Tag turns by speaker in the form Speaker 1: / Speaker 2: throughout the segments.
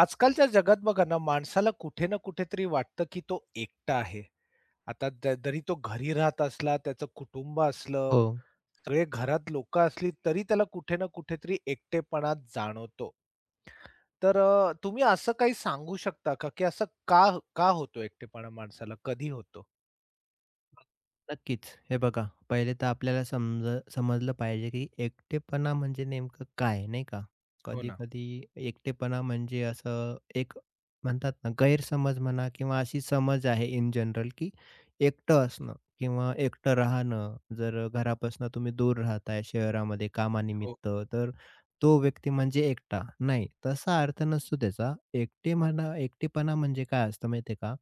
Speaker 1: आजकालच्या जगात बघा ना, माणसाला कुठे ना कुठेतरी वाटतं, की तो एकटा आहे. आता जरी तो घरी राहत असला, त्याचं कुटुंब असलं,
Speaker 2: हो.
Speaker 1: सगळे घरात लोकं असली, तरी त्याला कुठे ना कुठेतरी एकटेपणा जाणवतो. तुम्ही असं काही सांगू शकता का, की असं का का होतो एकटेपणा माणसाला? कधी होतो?
Speaker 2: नक्कीच. हे बघा, पहिले तर आपल्याला समजलं पाहिजे, की एकटेपणा म्हणजे नेमकं काय, नाही का?
Speaker 1: हो ना.
Speaker 2: कधी-कधी एकटेपणा म्हणजे असं एक म्हणतात ना, गैरसमज म्हणा किंवा अशी समज आहे इन जनरल, की एकटं असणं किंवा एकटं राहणं, जर घरापासून तुम्ही दूर राहताय शहरामध्ये
Speaker 1: हो,
Speaker 2: कामानिमित्त,
Speaker 1: हो.
Speaker 2: तर तो व्यक्ती म्हणजे एकटा. नाही, तसा अर्थ नसतो त्याचा. एकटे म्हणा एकटेपणा म्हणजे काय असतं माहिती का?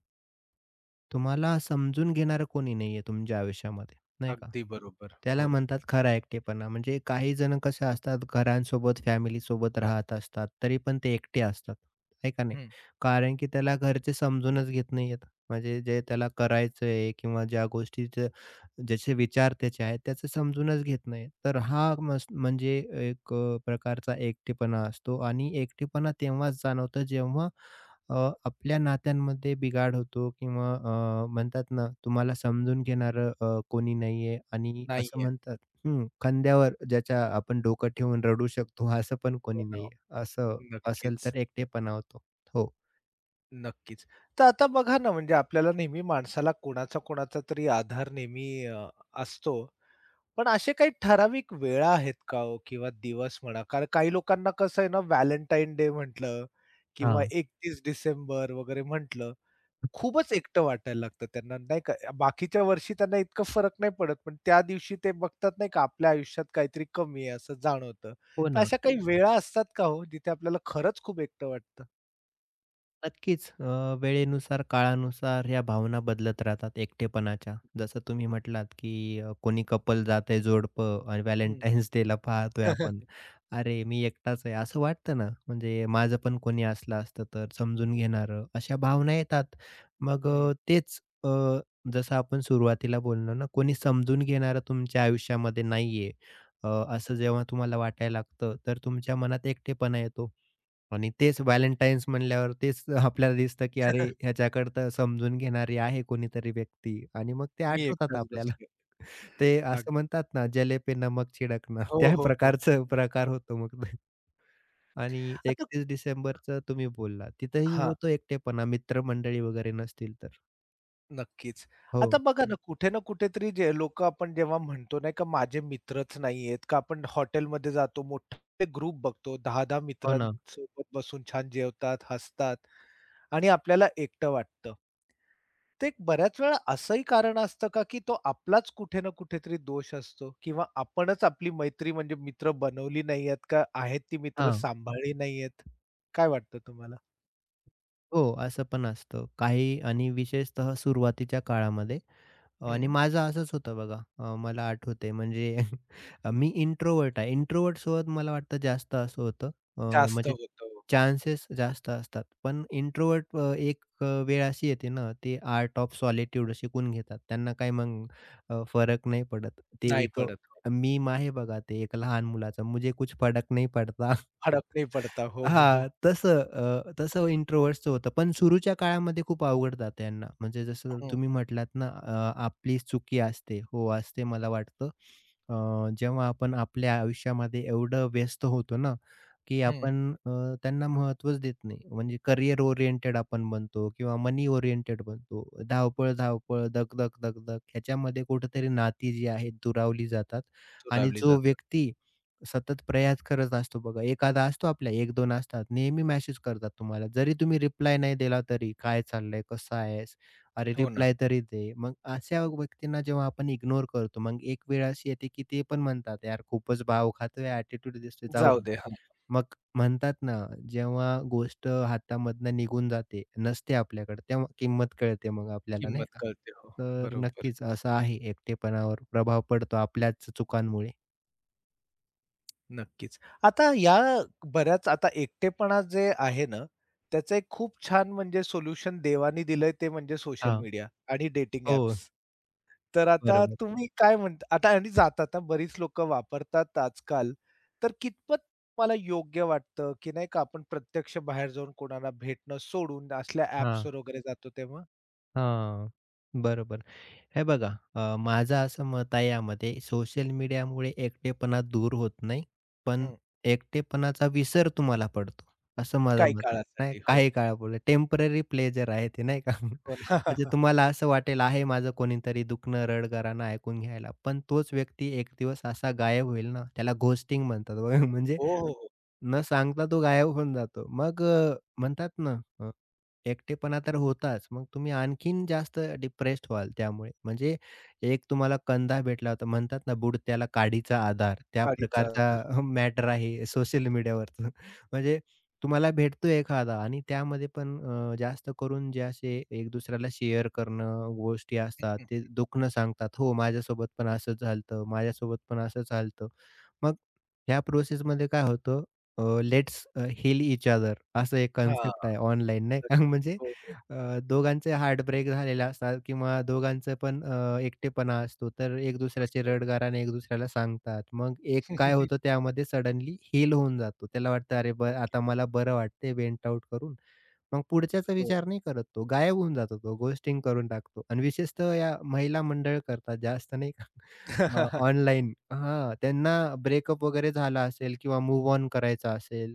Speaker 2: तुम्हाला समजून घेणारं कोणी नाहीये तुमच्या आयुष्यामध्ये, नाही का?
Speaker 1: अगदी बरोबर.
Speaker 2: त्याला
Speaker 1: हो.
Speaker 2: म्हणतात खरा एकटेपणा. म्हणजे काही जण कसे असतात घरांसोबत, फॅमिलीसोबत राहत असतात, तरी पण ते एकटे असतात, आहे का नाही?
Speaker 1: हं.
Speaker 2: कारण की त्याला घरचे समजूनच घेत नाहीयेत. म्हणजे जे त्याला करायचंय किंवा ज्या गोष्टीचं ज्याचे विचार त्याचे आहेत त्याचं समजूनच घेत नाही. तर हा मस म्हणजे एक प्रकारचा एकटेपणा असतो आणि एकटेपणा तेव्हाच जाणवतं जेव्हा अ, आपल्या नात्यांमध्ये बिघाड होतो किंवा म्हणतात ना तुम्हाला समजून घेणारं कोणी नाहीये आणि असं
Speaker 1: नाहीये.
Speaker 2: म्हणतात हं, खांद्यावर ज्याच्या आपण डोकं ठेवून रडू शकतो असं पण
Speaker 1: हो
Speaker 2: कोणी
Speaker 1: ना.
Speaker 2: नाहीये. असं असेल
Speaker 1: नक्कीच.
Speaker 2: तर एकटेपणा होतो. हो.
Speaker 1: नक्कीच. तर आता बघा ना, म्हणजे आपल्याला नेहमी माणसाला कोणाचा, कोणाचा तरी आधार असतो. पण असे काही ठराविक वेळा आहेत का हो किंवा दिवस म्हणा? कारण काही लोकांना कसं आहे ना, व्हॅलेंटाईन डे म्हटलं किंवा
Speaker 2: हां.
Speaker 1: 31 डिसेंबर वगैरे म्हटलं, खूपच एकटं वाटायला लागतं त्यांना, नाही का? बाकीच्या वर्षी त्यांना इतकं फरक नाही पडत, पण त्या दिवशी ते बघतात नाही का, आपल्या आयुष्यात काहीतरी कमी आहे असं जाणवतं.
Speaker 2: हो
Speaker 1: तर
Speaker 2: ना.
Speaker 1: अशा काही वेळा असतात का हो, जिथे आपल्याला खरंच खूप एकटं वाटतं?
Speaker 2: नक्कीच. वेळेनुसार, काळानुसार ह्या भावना बदलत राहतात एकटेपणाच्या. जसं तुम्ही म्हटलात, की कोणी कपल जाते जोडपं आणि
Speaker 1: हं.
Speaker 2: व्हॅलेंटाईन्स डेला पाहतोय आपण. अरे, मी एकटाच आहे असं वाटतं ना, म्हणजे माझं पण कोणी असलं असतं तर समजून घेणारं, अशा भावना येतात. मग
Speaker 1: हं.
Speaker 2: जसं आपण सुरुवातीला बोललो ना, कोणी समजून घेणारं तुमच्या आयुष्यामध्ये नाहीये, अ, असं जेव्हा तुम्हाला वाटायला लागतं, तर तुमच्या मनात एकटेपणा येतो. आणि तेच व्हॅलेंटाईन्स म्हणल्यावर तेच आपल्याला दिसतं, की अरे ह्याच्याकडे तर समजून घेणारी आहे कोणीतरी व्यक्ती आणि मग ते
Speaker 1: मी
Speaker 2: आठवतात
Speaker 1: एकटाच
Speaker 2: आपल्याला.
Speaker 1: बसले.
Speaker 2: ते
Speaker 1: अग
Speaker 2: असं म्हणतात ना, "जले पे नमक छिडकणं"
Speaker 1: हो,
Speaker 2: त्या
Speaker 1: हो, हो.
Speaker 2: प्रकारचं प्रकार होतो मग. आणि
Speaker 1: आता
Speaker 2: 31 डिसेंबरचं तुम्ही बोललात, तिथेही
Speaker 1: हां,
Speaker 2: होतो एकटेपणा मित्रमंडळी वगैरे नसतील तर.
Speaker 1: नक्कीच. आता
Speaker 2: हो,
Speaker 1: बघा हं. ना, कुठे ना कुठेतरी जे लोकं आपण जेव्हा म्हणतो नाही का, माझे मित्रच नाहीयेत का आपण हॉटेलमध्ये जातो, मोठे ग्रुप बघतो 10-10
Speaker 2: हो ना.
Speaker 1: मित्रांसोबत बसून छान जेवतात, हसतात आणि आपल्याला एकटं वाटतं. ते बऱ्याच वेळा असंही कारण असतं का, की तो आपलाच कुठे ना कुठेतरी दोष असतो किंवा आपणच आपली मैत्री म्हणजे मित्र बनवली नाहीयेत का आहेत ती मित्र
Speaker 2: हां.
Speaker 1: सांभाळली नाहीयेत? काय वाटतं तुम्हाला?
Speaker 2: हो, असं पण असतं. काही आणि विशेषतः सुरुवातीच्या काळामध्ये आणि
Speaker 1: हं.
Speaker 2: माझं असंच होतं बघा. मला आठवतंय म्हणजे मी इंट्रोव्हर्ट आहे. इंट्रोव्हर्टसोबत मला वाटतं जास्त असं होतं. अ,
Speaker 1: जास्त
Speaker 2: म्हणजे
Speaker 1: होतो.
Speaker 2: चान्सेस जास्त असतात. पण इंट्रोव्हर्ट एक वेळ अशी येते ना, ते आर्ट ऑफ सॉलिट्यूड शिकून घेतात. त्यांना काही मग फरक नाही पडत. ते
Speaker 1: नाही
Speaker 2: एक
Speaker 1: पडत.
Speaker 2: आहे बघा, ते एक लहान मुलाचं, "मुझे कुछ फरक नहीं पडता."
Speaker 1: फरक नाही पडता. हो, हो, हो.
Speaker 2: हां, तसं इंट्रोव्हर्ट्सचं होतं. पण सुरूच्या काळामध्ये खूप अवघड जातं यांना. म्हणजे जसं
Speaker 1: हं,
Speaker 2: तुम्ही म्हटलात ना, आपली चुकी असते. हो, असते मला वाटतं. जेव्हा आपण आपल्या आयुष्यामध्ये एवढं व्यस्त होतो ना, की
Speaker 1: हं.
Speaker 2: आपण त्यांना महत्त्वच देत नाही. म्हणजे करियर ओरिएंटेड आपण बनतो किंवा मनी ओरिएंटेड बनतो. धावपळ, धावपळ, धक, धक, ह्याच्यामध्ये कुठेतरी नाती जी आहेत दुरावली जातात आणि
Speaker 1: दुरावली
Speaker 2: जो
Speaker 1: जातात.
Speaker 2: व्यक्ती सतत प्रयास करत असतो बघा. एखादा असतो आपल्या 1-2 असतात. नेहमी मेसेज करतात तुम्हाला. जरी तुम्ही रिप्लाय नाही दिला तरी, "काय चाललंय? कसा आहेस? अरे
Speaker 1: हो ना.
Speaker 2: रिप्लाय तरी दे." मग अशा व्यक्तींना जेव्हा आपण इग्नोर करतो, मग एक वेळ अशी येते की ते पण म्हणतात, "यार खूपच भाव खातोय, ॲटिट्यूड दिसतोय, जाऊ
Speaker 1: जाऊ
Speaker 2: दे."
Speaker 1: दे. हां,
Speaker 2: मग म्हणतात ना, जेव्हा गोष्ट हातामधनं निघून जाते, नसते आपल्याकडे, तेव्हा किंमत कळते मग आपल्याला नाही
Speaker 1: किंमत
Speaker 2: का?
Speaker 1: कळते. हो,
Speaker 2: तर
Speaker 1: बरोबर.
Speaker 2: नक्कीच असं आहे एकटेपणावर प्रभाव पडतो आपल्याच चुकांमुळे.
Speaker 1: नक्कीच. आता या बऱ्याच आता एकटेपणा जे आहे ना, त्याचं एक खूप छान म्हणजे सोल्युशन देवानी दिलंय ते म्हणजे सोशल
Speaker 2: हां.
Speaker 1: मीडिया आणि डेटिंग
Speaker 2: हो.
Speaker 1: ॲप्स. तर आता
Speaker 2: बरोबर.
Speaker 1: तुम्ही काय म्हणता आता आणि जातात हां, बरीच लोकं वापरतात आजकाल. तर कितपत तुम्हाला योग्य वाटतं, की नाही का आपण प्रत्यक्ष बाहेर जाऊन कोणाला भेटणं सोडून असल्या
Speaker 2: हां,
Speaker 1: ॲप्सवर वगैरे जातो तेव्हा?
Speaker 2: हां. बरोबर. हे बघा माझं असं मत आहे यामध्ये सोशल मीडियामुळे एकटेपणा दूर होत नाही, पण
Speaker 1: हं.
Speaker 2: एकटेपणाचा विसर तुम्हाला पडतो, असं माझं
Speaker 1: काही
Speaker 2: मत आहे. नाही
Speaker 1: काळासाठी. हो.
Speaker 2: काही काळापुरते टेम्पररी प्लेजर आहे ते नाही का?
Speaker 1: हो ना.
Speaker 2: म्हणजे तुम्हाला असं वाटेल आहे माझं कोणीतरी दुखणं, रडगाणं ऐकून घ्यायला. पण तोच व्यक्ती एक दिवस असा गायब होईल ना, त्याला घोस्टिंग म्हणतात बघा म्हणजे
Speaker 1: हो, हो, हो.
Speaker 2: न सांगता तो गायब होऊन जातो. मग म्हणतात ना अ, एकटेपणा तर होताच. मग तुम्ही आणखीन जास्त डिप्रेस्ड व्हाल त्यामुळे. म्हणजे एक तुम्हाला कंधा भेटला होता. म्हणतात ना बुडत्याला काडीचा आधार. त्या
Speaker 1: गाडीचा आधार.
Speaker 2: प्रकारचा मॅटर आहे सोशल मीडियावरचं. म्हणजे तुम्हाला भेटतो एखादा आणि त्यामध्ये पण जास्त करून जे असे एक दुसऱ्याला शेअर करणं, गोष्टी असतात.
Speaker 1: हं.
Speaker 2: ते दुखणं सांगतात. हो, माझ्यासोबत पण असंच झालं माझ्यासोबत पण असंच झालं. मग ह्या प्रोसेसमध्ये काय होतं लेट्स हील ईच अदर असं एक
Speaker 1: हां,
Speaker 2: कन्सेप्ट आहे ऑनलाईन नाही का?
Speaker 1: नक्कीच.
Speaker 2: म्हणजे
Speaker 1: हो, हो.
Speaker 2: दोघांचे हार्टब्रेक झालेले असतात किंवा दोघांचं पण एकटेपणा असतो. तर एक दुसऱ्याचे
Speaker 1: असतो.
Speaker 2: रडगाराने एक दुसऱ्याला सांगतात. मग एक काय होतं त्यामध्ये सडनली हील होऊन जातो. त्याला वाटतं, "अरे, बरं
Speaker 1: नक्कीच.
Speaker 2: आता मला बरं वाटतंय वेंट आउट करून." मग पुढच्याचा
Speaker 1: हो.
Speaker 2: विचार नाही करत तो. गायब होऊन जातो तो, घोस्टिंग करून टाकतो आणि विशेषतः या महिला मंडळ करतात जास्त नाही का ऑनलाईन हां, त्यांना ब्रेकअप वगैरे झाला असेल किंवा मूव्ह ऑन करायचा असेल,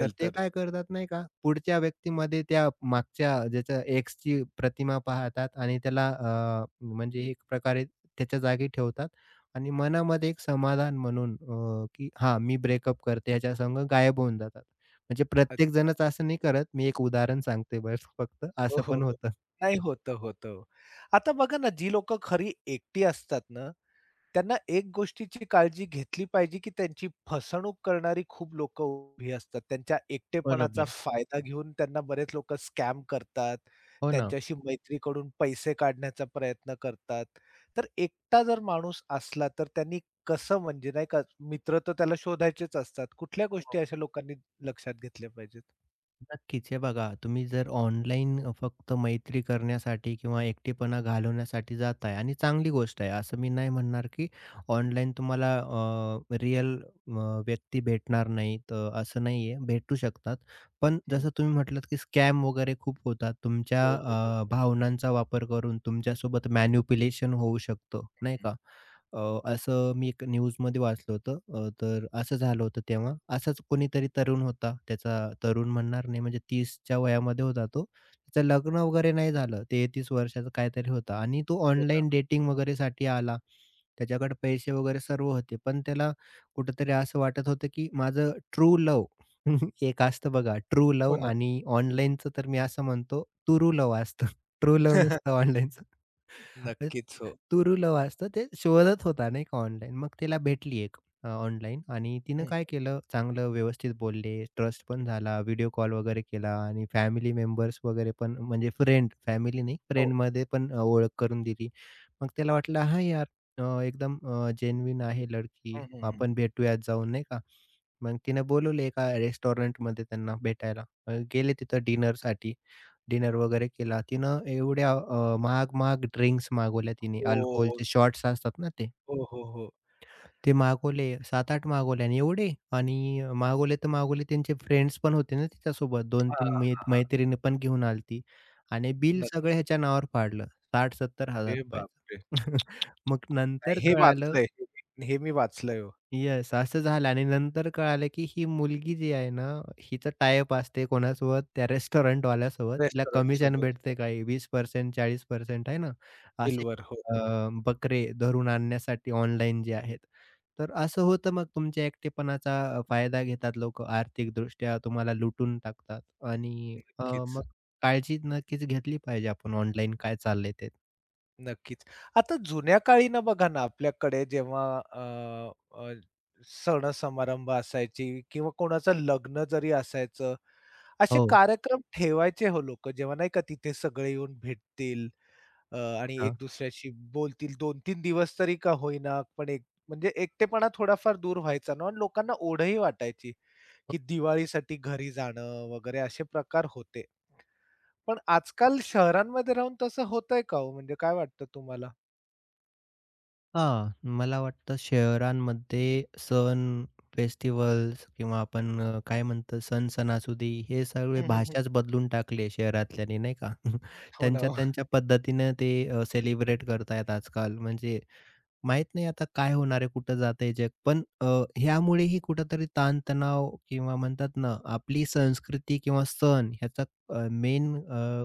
Speaker 2: तर ते
Speaker 1: तर.
Speaker 2: काय करतात नाही का, पुढच्या व्यक्तीमध्ये त्या मागच्या ज्याच्या एक्सची प्रतिमा पाहतात आणि त्याला म्हणजे एक प्रकारे त्याच्या जागी ठेवतात आणि मनामध्ये एक समाधान म्हणून की हां, मी ब्रेकअप करते ह्याच्यासंग गायब होऊन जातात. म्हणजे
Speaker 1: अच्छा.
Speaker 2: प्रत्येकजणच असं नाही करत. मी एक उदाहरण सांगते बस फक्त,
Speaker 1: हो,
Speaker 2: असं
Speaker 1: हो,
Speaker 2: पण
Speaker 1: हो.
Speaker 2: होतं.
Speaker 1: नाही होतं, होतं. आता बघा ना, जी लोकं खरी एकटी असतात ना त्यांना एक गोष्टीची काळजी घेतली पाहिजे, की त्यांची फसवणूक करणारी खूप लोकं उभी असतात. त्यांच्या एकटेपणाचा
Speaker 2: बरोबर.
Speaker 1: फायदा घेऊन त्यांना बरेच लोकं स्कॅम करतात.
Speaker 2: हो ना.
Speaker 1: त्यांच्याशी मैत्रीकडून पैसे काढण्याचा प्रयत्न करतात. तर एकटा जर माणूस असला, तर त्यांनी कसं म्हणजे नाही का, मित्र तर त्याला शोधायचेच असतात. कुठल्या गोष्टी
Speaker 2: हो.
Speaker 1: अशा लोकांनी लक्षात घेतल्या पाहिजेत?
Speaker 2: नक्कीच. हे बघा, तुम्ही जर ऑनलाईन फक्त मैत्री करण्यासाठी किंवा एकटेपणा घालवण्यासाठी जाताय आणि चांगली गोष्ट आहे. असं मी नाही म्हणणार, की ऑनलाईन तुम्हाला रिअल व्यक्ती भेटणार नाहीत असं नाहीये, भेटू शकतात. पण
Speaker 1: हं.
Speaker 2: जसं तुम्ही म्हटलात, की स्कॅम वगैरे खूप होतात. तुमच्या
Speaker 1: हो, हो, हो.
Speaker 2: अ, भावनांचा वापर करून तुमच्यासोबत मॅनिप्युलेशन होऊ शकतं, नाही
Speaker 1: हं.
Speaker 2: का? अ, असं मी एक न्यूजमध्ये वाचलं होतं. तर असं झालं होतं तेव्हा. असाच कोणीतरी तरुण होता. त्याचा तरुण म्हणणार नाही म्हणजे 30च्या वयामध्ये होता तो. त्याचं लग्न वगैरे नाही झालं. 33 वर्षाचा काहीतरी होता आणि तो
Speaker 1: होता.
Speaker 2: ऑनलाईन डेटिंग वगैरेसाठी आला. त्याच्याकडे पैसे वगैरे सर्व होते. पण त्याला कुठेतरी असं वाटत होतं, की माझं ट्रू लव्ह एक असतं बघा ट्रू
Speaker 1: हो
Speaker 2: लव्ह
Speaker 1: ना.
Speaker 2: आणि ऑनलाईनचं तर मी असं म्हणतो तुरू लव्ह असतं. ट्रू लव्ह नसतं ऑनलाईनचं. म्हणजे
Speaker 1: नक्कीच. हो.
Speaker 2: तुरुलव असतं ते शोधत होता नाही का ऑनलाईन. मग तिला भेटली एक ऑनलाईन आणि तिनं
Speaker 1: हं.
Speaker 2: काय केलं चांगलं व्यवस्थित बोलले, ट्रस्ट पण झाला, व्हिडिओ कॉल वगैरे केला आणि फॅमिली मेंबर्स वगैरे पण म्हणजे फ्रेंड, फॅमिली नाही
Speaker 1: हो.
Speaker 2: फ्रेंडमध्ये पण ओळख करून दिली. मग त्याला वाटलं हा यार एकदम जेन्युइन आहे लडकी,
Speaker 1: हं, हं, हं.
Speaker 2: आपण भेटूयात जाऊन" नाही का. मग तिनं बोलवले एका रेस्टॉरंटमध्ये त्यांना भेटायला. गेले तिथं डिनरसाठी. डिनर वगैरे केला. तिनं एवढ्या महाग-महाग ड्रिंक्स मागवल्या तिने.
Speaker 1: हो.
Speaker 2: अल्कोहलचे शॉट्स असतात ना ते.
Speaker 1: हो, हो, हो.
Speaker 2: ते मागवले 7-8 मागवले आणि एवढे आणि मागवले तर मागवले त्यांचे फ्रेंड्स पण होते ना तिच्यासोबत
Speaker 1: हां,
Speaker 2: 2-3
Speaker 1: हां.
Speaker 2: मैत्रिणी पण घेऊन आली आणि बिल सगळं
Speaker 1: नक्कीच.
Speaker 2: ह्याच्या नावावर पाडलं
Speaker 1: अरे
Speaker 2: ₹60,000-70,000
Speaker 1: बापरे!
Speaker 2: मग
Speaker 1: नाही
Speaker 2: नंतर
Speaker 1: हे
Speaker 2: कळालं
Speaker 1: वाचलंय. हे मी वाचलंय हो.
Speaker 2: येस, असं झालं आणि नंतर कळालं, की ही मुलगी जी आहे ना, हिचं टाय-अप असते कोणासोबत? त्या रेस्टॉरंटवाल्यासोबत. तिला कमिशन
Speaker 1: रेस्टॉरंटसोबत. हो.
Speaker 2: भेटते काही 20% 40% आहे ना, असे
Speaker 1: बिलवर. हो.
Speaker 2: अ, बकरे धरून आणण्यासाठी ऑनलाईन जे आहेत. तर असं होतं मग तुमच्या एकटेपणाचा फायदा घेतात लोकं आर्थिकदृष्ट्या तुम्हाला लुटून टाकतात आणि अ,
Speaker 1: नक्कीच,
Speaker 2: मग काळजी नक्कीच घेतली पाहिजे आपण ऑनलाईन काय चाललंय ते.
Speaker 1: नक्कीच. आता जुन्या काळी ना बघा ना आपल्याकडे जेव्हा अ, अ, सण-समारंभ असायची किंवा कोणाचं लग्न जरी असायचं, असे
Speaker 2: हो.
Speaker 1: कार्यक्रम ठेवायचे हो लोकं. जेव्हा नाही का तिथे सगळे येऊन भेटतील आणि
Speaker 2: हां.
Speaker 1: एक दुसऱ्याशी बोलतील 2-3 दिवस तरी का होईना, पण एक म्हणजे एकटेपणा थोडाफार दूर व्हायचा ना आणि लोकांना ओढही वाटायची. की दिवाळीसाठी घरी जाणं वगैरे असे प्रकार होते. पण आजकाल शहरांमध्ये राहून तसं होतंय का हो? म्हणजे काय वाटतं तुम्हाला?
Speaker 2: हां, मला वाटतं शहरांमध्ये सण, फेस्टिव्हल्स किंवा आपण काय म्हणतो सण, सणासुदी हे सगळे
Speaker 1: हं, हं, हं.
Speaker 2: भाषाच बदलून टाकली आहे शहरातल्यानी नाही का?
Speaker 1: हो ना,
Speaker 2: त्यांच्या
Speaker 1: हो.
Speaker 2: त्यांच्या पद्धतीनं ते सेलिब्रेट करतायत आजकाल. म्हणजे माहीत नाही आता काय होणार आहे, कुठं जातंय जग. पण ह्यामुळेही कुठेतरी ताणतणाव किंवा म्हणतात ना, आपली संस्कृती किंवा सण ह्याचा मेन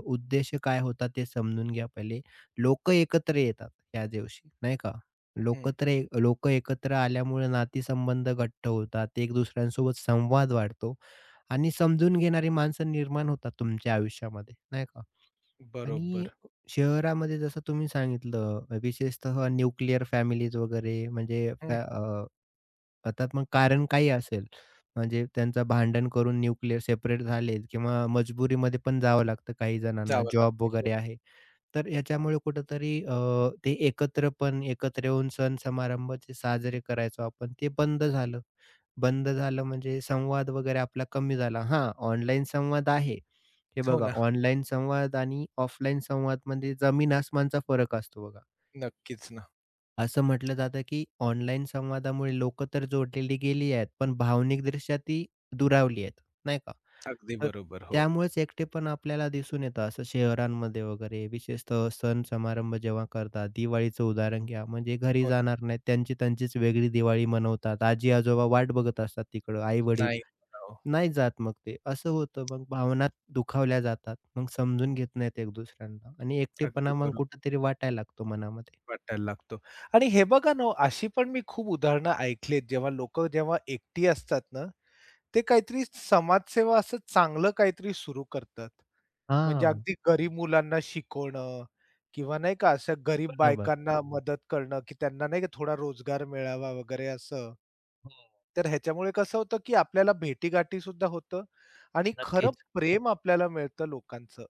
Speaker 2: उद्देश काय होता ते समजून घ्या पहिले. लोकं एकत्र येतात त्या दिवशी, नाही का? लोक
Speaker 1: हं.
Speaker 2: तर ए लोकं एकत्र आल्यामुळे नातेसंबंध घट्ट होतात. एक दुसऱ्यांसोबत संवाद वाढतो आणि समजून घेणारी माणसं निर्माण होतात तुमच्या आयुष्यामध्ये, नाही का? आणि
Speaker 1: बरोबर.
Speaker 2: शहरामध्ये जसं तुम्ही सांगितलं विशेषतः न्यूक्लिअर फॅमिलीज वगैरे म्हणजे
Speaker 1: हं.
Speaker 2: आता मग कारण काही असेल, म्हणजे त्यांचं भांडण करून न्यूक्लिअर सेपरेट झालेत किंवा मजबुरीमध्ये पण जावं लागतं काही जणांना
Speaker 1: जावं
Speaker 2: जॉब
Speaker 1: लागतं. हो
Speaker 2: वगैरे
Speaker 1: ना.
Speaker 2: आहे. तर ह्याच्यामुळे कुठेतरी ते एकत्र पण एकत्र येऊन सण समारंभ जे साजरे करायचो आपण ते बंद झालं. बंद झालं म्हणजे संवाद वगैरे आपला कमी झाला. हां, ऑनलाईन संवाद आहे. हे
Speaker 1: हो
Speaker 2: बघा
Speaker 1: ना.
Speaker 2: ऑनलाईन संवाद आणि ऑफलाईन संवादमध्ये जमीन आसमानचा फरक असतो बघा.
Speaker 1: नक्कीच ना.
Speaker 2: असं म्हटलं जातं, की ऑनलाईन संवादामुळे लोकं तर जोडलेली गेली आहेत, पण भावनिकदृष्ट्या ती दुरावली आहेत, नाही का?
Speaker 1: अगदी
Speaker 2: तर
Speaker 1: बरोबर. हो.
Speaker 2: त्यामुळेच एकटेपण आपल्याला दिसून येतं असं शहरांमध्ये वगैरे, विशेषतः सण समारंभ जेव्हा करतात. दिवाळीचं उदाहरण घ्या, म्हणजे घरी
Speaker 1: हो ना.
Speaker 2: जाणार नाहीत. त्यांची त्यांचीच वेगळी दिवाळी मनवतात. आजी-आजोबा वाट बघत असतात तिकडं, आई-वडील
Speaker 1: नाही हो.
Speaker 2: नाही जात मग ते. असं होतं मग भावना दुखावल्या जातात. मग समजून घेत नाहीत एक दुसऱ्यांना आणि
Speaker 1: अगदी
Speaker 2: एकटेपणा मग
Speaker 1: बरोबर
Speaker 2: कुठेतरी वाटायला लागतो मनामध्ये.
Speaker 1: वाटायला लागतो. आणि हे बघा ना हो, अशी पण मी खूप उदाहरणं ऐकलीत, जेव्हा लोकं जेव्हा एकटी असतात ना, ते काहीतरी समाजसेवा असं चांगलं काहीतरी सुरू करतात. म्हणजे
Speaker 2: हां,
Speaker 1: अगदी गरीब मुलांना शिकवणं किंवा नाही का अशा गरीब
Speaker 2: बरोबर.
Speaker 1: बायकांना मदत करणं, की त्यांना नाही का थोडा रोजगार मिळावा वगैरे असं.
Speaker 2: हो,
Speaker 1: तर ह्याच्यामुळे कसं होतं, की आपल्याला भेटीगाठी सुद्धा होतं आणि खरं
Speaker 2: नक्कीच.
Speaker 1: प्रेम आपल्याला मिळतं लोकांचं.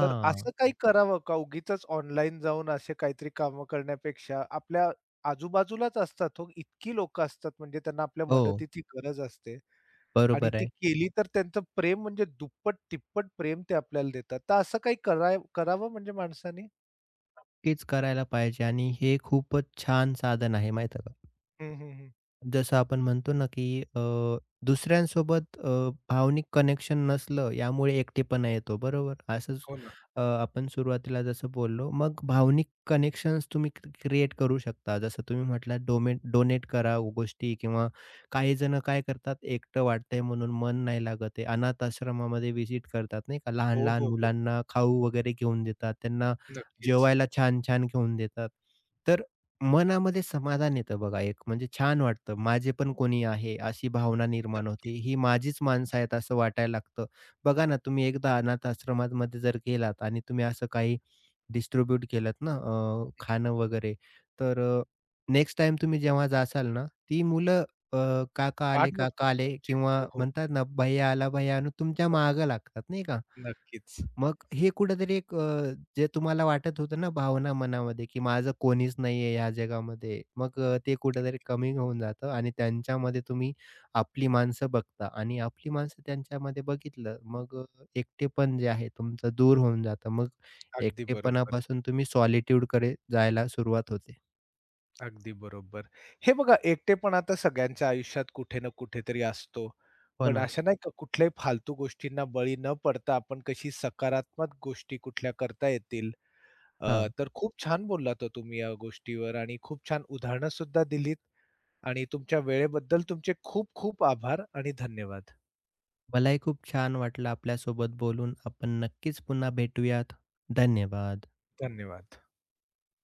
Speaker 1: तर असं काही करावं का उगीचच ऑनलाईन जाऊन असे काहीतरी कामं करण्यापेक्षा आपल्या आजूबाजूलाच असतात हो, इतकी लोकं असतात म्हणजे त्यांना आपल्या
Speaker 2: हो,
Speaker 1: मदतीची गरज असते. आणि
Speaker 2: बरोबर
Speaker 1: ती
Speaker 2: आहे.
Speaker 1: केली तर त्यांचं प्रेम म्हणजे दुप्पट, तिप्पट प्रेम ते आपल्याला देतात. तर असं काही करावं म्हणजे माणसाने?
Speaker 2: नक्कीच करायला पाहिजे आणि हे खूपच छान साधन आहे माहीत
Speaker 1: हं, हं, हं.
Speaker 2: जसं आपण म्हणतो ना, की दुसऱ्यांसोबत भावनिक कनेक्शन नसलं यामुळे एकटेपणा येतो बरोबर. असंच
Speaker 1: हो ना.
Speaker 2: आपण सुरुवातीला जसं बोललो. मग भावनिक कनेक्शन्स तुम्ही क्रिएट करू शकता. जसं तुम्ही म्हटलात डोनेट करा गोष्टी किंवा काही जण काय करतात एकटं वाटतंय म्हणून मन नाही लागत आहे. अनाथ आश्रमामध्ये व्हिजिट करतात नाही का.
Speaker 1: हो,
Speaker 2: लहान-लहान
Speaker 1: हो, हो.
Speaker 2: मुलांना खाऊ वगैरे घेऊन देतात. त्यांना
Speaker 1: नक्कीच,
Speaker 2: जेवायला छान-छान घेऊन देतात. मनामध्ये समाधान येतं बघा एक, म्हणजे छान वाटतं, माझे पण कोणी आहे अशी भावना निर्माण होते.
Speaker 1: नक्कीच.
Speaker 2: ही माझीच माणसं आहेत असं वाटायला लागतं. बघा ना, तुम्ही एकदा अनाथ आश्रमामध्ये जर गेलात आणि तुम्ही असं काही डिस्ट्रिब्यूट केलत ना खाणं वगैरे, तर नेक्स्ट टाईम तुम्ही जेव्हा जासाल ना, ती मुलं अ, "काका
Speaker 1: वाट
Speaker 2: आले,
Speaker 1: बघतील
Speaker 2: काका
Speaker 1: हो
Speaker 2: आले"
Speaker 1: तुमची.
Speaker 2: किंवा
Speaker 1: हो, हो.
Speaker 2: म्हणतात ना, "भैय्या आला, भैय्या आला" तुमच्या
Speaker 1: बरं.
Speaker 2: मागं लागतात नाही का?
Speaker 1: नक्कीच.
Speaker 2: मग हे कुठेतरी एक जे तुम्हाला वाटत होतं ना भावना मनामध्ये, की माझं कोणीच नाहीये या जगामध्ये. मग ते कुठेतरी कमी होऊन जातं आणि त्यांच्यामध्ये तुम्ही आपली माणसं बघता आणि आपली माणसं त्यांच्यामध्ये बघितलं, मग एकटेपण जे आहे तुमचं दूर होऊन जातं. मग
Speaker 1: अगदी बरोबर,
Speaker 2: एकटेपणापासून तुम्ही सॉलिट्यूडकडे जायला सुरुवात होते.
Speaker 1: अगदी बरोबर. हे बघा एकटेपणा तर सगळ्यांच्या आयुष्यात कुठे ना कुठेतरी असतो.
Speaker 2: हो
Speaker 1: पण
Speaker 2: ना?
Speaker 1: अशा नाही का कुठल्याही फालतू गोष्टींना बळी न पडता आपण कशी सकारात्मक गोष्टी कुठल्या करता येतील
Speaker 2: हां.
Speaker 1: तर खूप छान बोललात हो तुम्ही या गोष्टीवर आणि खूप छान उदाहरणं सुद्धा दिलीत आणि तुमच्या वेळेबद्दल तुमचे खूप खूप आभार आणि धन्यवाद.
Speaker 2: मलाही खूप छान वाटलं आपल्यासोबत बोलून. आपण नक्कीच पुन्हा भेटूयात. धन्यवाद.
Speaker 1: धन्यवाद.